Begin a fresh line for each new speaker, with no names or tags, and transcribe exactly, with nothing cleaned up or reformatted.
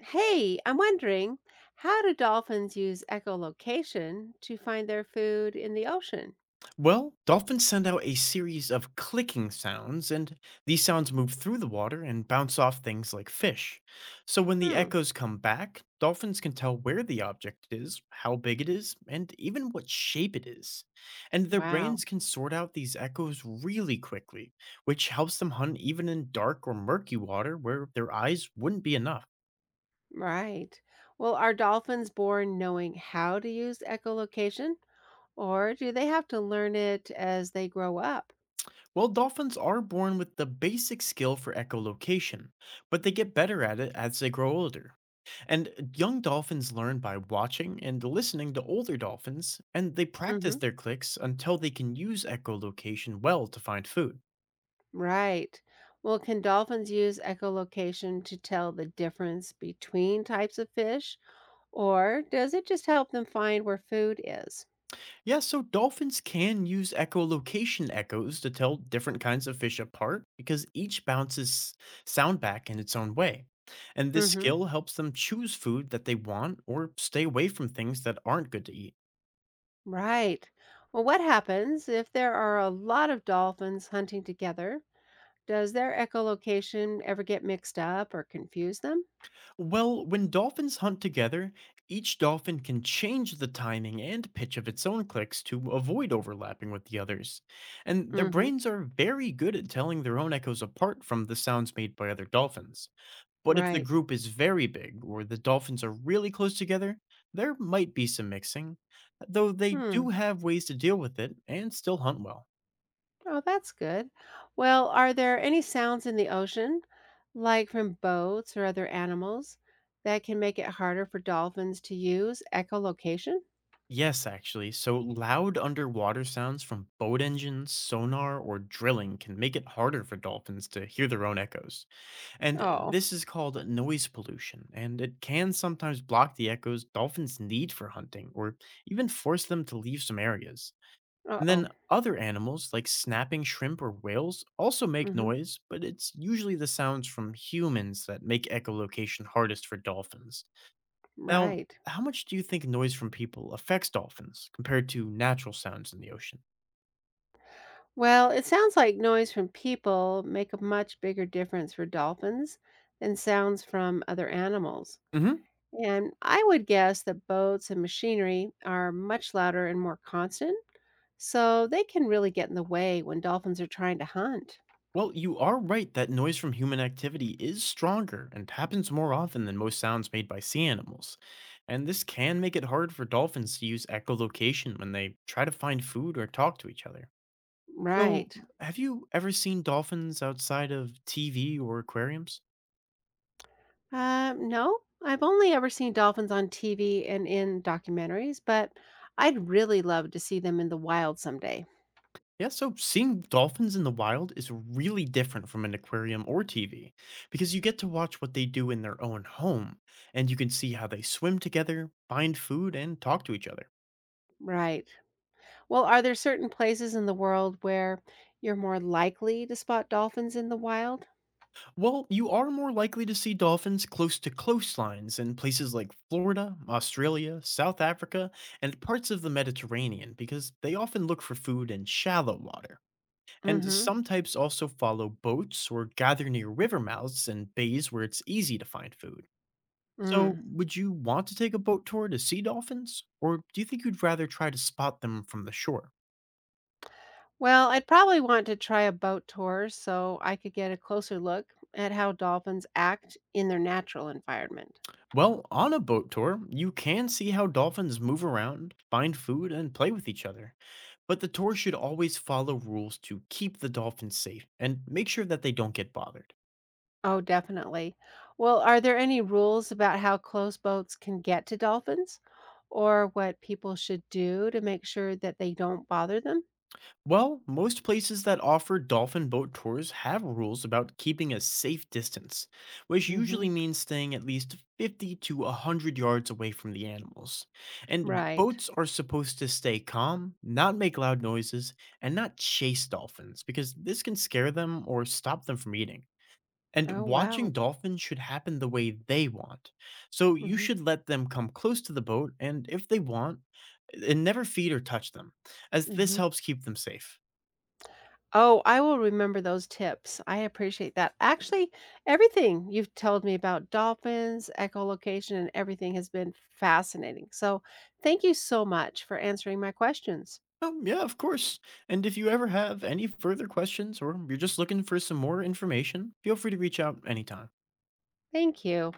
Hey, I'm wondering, how do dolphins use echolocation to find their food in the ocean?
Well, dolphins send out a series of clicking sounds, and these sounds move through the water and bounce off things like fish. So when the
Hmm.
echoes come back, dolphins can tell where the object is, how big it is, and even what shape it is. And their
Wow.
brains can sort out these echoes really quickly, which helps them hunt even in dark or murky water where their eyes wouldn't be enough.
Right. Well, are dolphins born knowing how to use echolocation, or do they have to learn it as they grow up?
Well, dolphins are born with the basic skill for echolocation, but they get better at it as they grow older. And young dolphins learn by watching and listening to older dolphins, and they practice
Mm-hmm.
their clicks until they can use echolocation well to find food.
Right. Well, can dolphins use echolocation to tell the difference between types of fish, or does it just help them find where food is?
Yeah, so dolphins can use echolocation echoes to tell different kinds of fish apart because each bounces sound back in its own way. And this
Mm-hmm.
skill helps them choose food that they want or stay away from things that aren't good to eat.
Right. Well, what happens if there are a lot of dolphins hunting together? Does their echolocation ever get mixed up or confuse them?
Well, when dolphins hunt together, each dolphin can change the timing and pitch of its own clicks to avoid overlapping with the others. And their
Mm-hmm.
brains are very good at telling their own echoes apart from the sounds made by other dolphins. But if the
Right.
group is very big or the dolphins are really close together, there might be some mixing, though they do
Hmm.
have ways to deal with it and still hunt well.
Oh, that's good. Well, are there any sounds in the ocean, like from boats or other animals, that can make it harder for dolphins to use echolocation?
Yes, actually. So loud underwater sounds from boat engines, sonar, or drilling can make it harder for dolphins to hear their own echoes. And
Oh,
this is called noise pollution, and it can sometimes block the echoes dolphins need for hunting or even force them to leave some areas. And then
uh-oh.
other animals like snapping shrimp or whales also make
Mm-hmm.
noise, but it's usually the sounds from humans that make echolocation hardest for dolphins. Now,
Right.
how much do you think noise from people affects dolphins compared to natural sounds in the ocean?
Well, it sounds like noise from people make a much bigger difference for dolphins than sounds from other animals.
Hmm.
And I would guess that boats and machinery are much louder and more constant, so they can really get in the way when dolphins are trying to hunt.
Well, you are right that noise from human activity is stronger and happens more often than most sounds made by sea animals. And this can make it hard for dolphins to use echolocation when they try to find food or talk to each other. So,
Right.
have you ever seen dolphins outside of T V or aquariums?
Uh, no, I've only ever seen dolphins on T V and in documentaries, but I'd really love to see them in the wild someday.
Yeah, so seeing dolphins in the wild is really different from an aquarium or T V because you get to watch what they do in their own home and you can see how they swim together, find food, and talk to each other.
Right. Well, are there certain places in the world where you're more likely to spot dolphins in the wild?
Well, you are more likely to see dolphins close to coastlines in places like Florida, Australia, South Africa, and parts of the Mediterranean because they often look for food in shallow water. And
Mhm.
some types also follow boats or gather near river mouths and bays where it's easy to find food. So,
Mm.
would you want to take a boat tour to see dolphins, or do you think you'd rather try to spot them from the shore?
Well, I'd probably want to try a boat tour so I could get a closer look at how dolphins act in their natural environment.
Well, on a boat tour, you can see how dolphins move around, find food, and play with each other. But the tour should always follow rules to keep the dolphins safe and make sure that they don't get bothered.
Oh, definitely. Well, are there any rules about how close boats can get to dolphins or what people should do to make sure that they don't bother them?
Well, most places that offer dolphin boat tours have rules about keeping a safe distance, which usually
Mhm.
means staying at least fifty to one hundred yards away from the animals. And
Right.
boats are supposed to stay calm, not make loud noises, and not chase dolphins because this can scare them or stop them from eating.
Oh,
And watching
wow.
dolphins should happen the way they want. So you
Mhm.
should let them come close to the boat, and if they want, and never feed or touch them, as this
Mhm.
helps keep them safe.
Oh, I will remember those tips. I appreciate that. Actually, everything you've told me about dolphins, echolocation, and everything has been fascinating. So, thank you so much for answering my questions.
Oh, yeah, of course. And if you ever have any further questions or you're just looking for some more information, feel free to reach out anytime.
Thank you.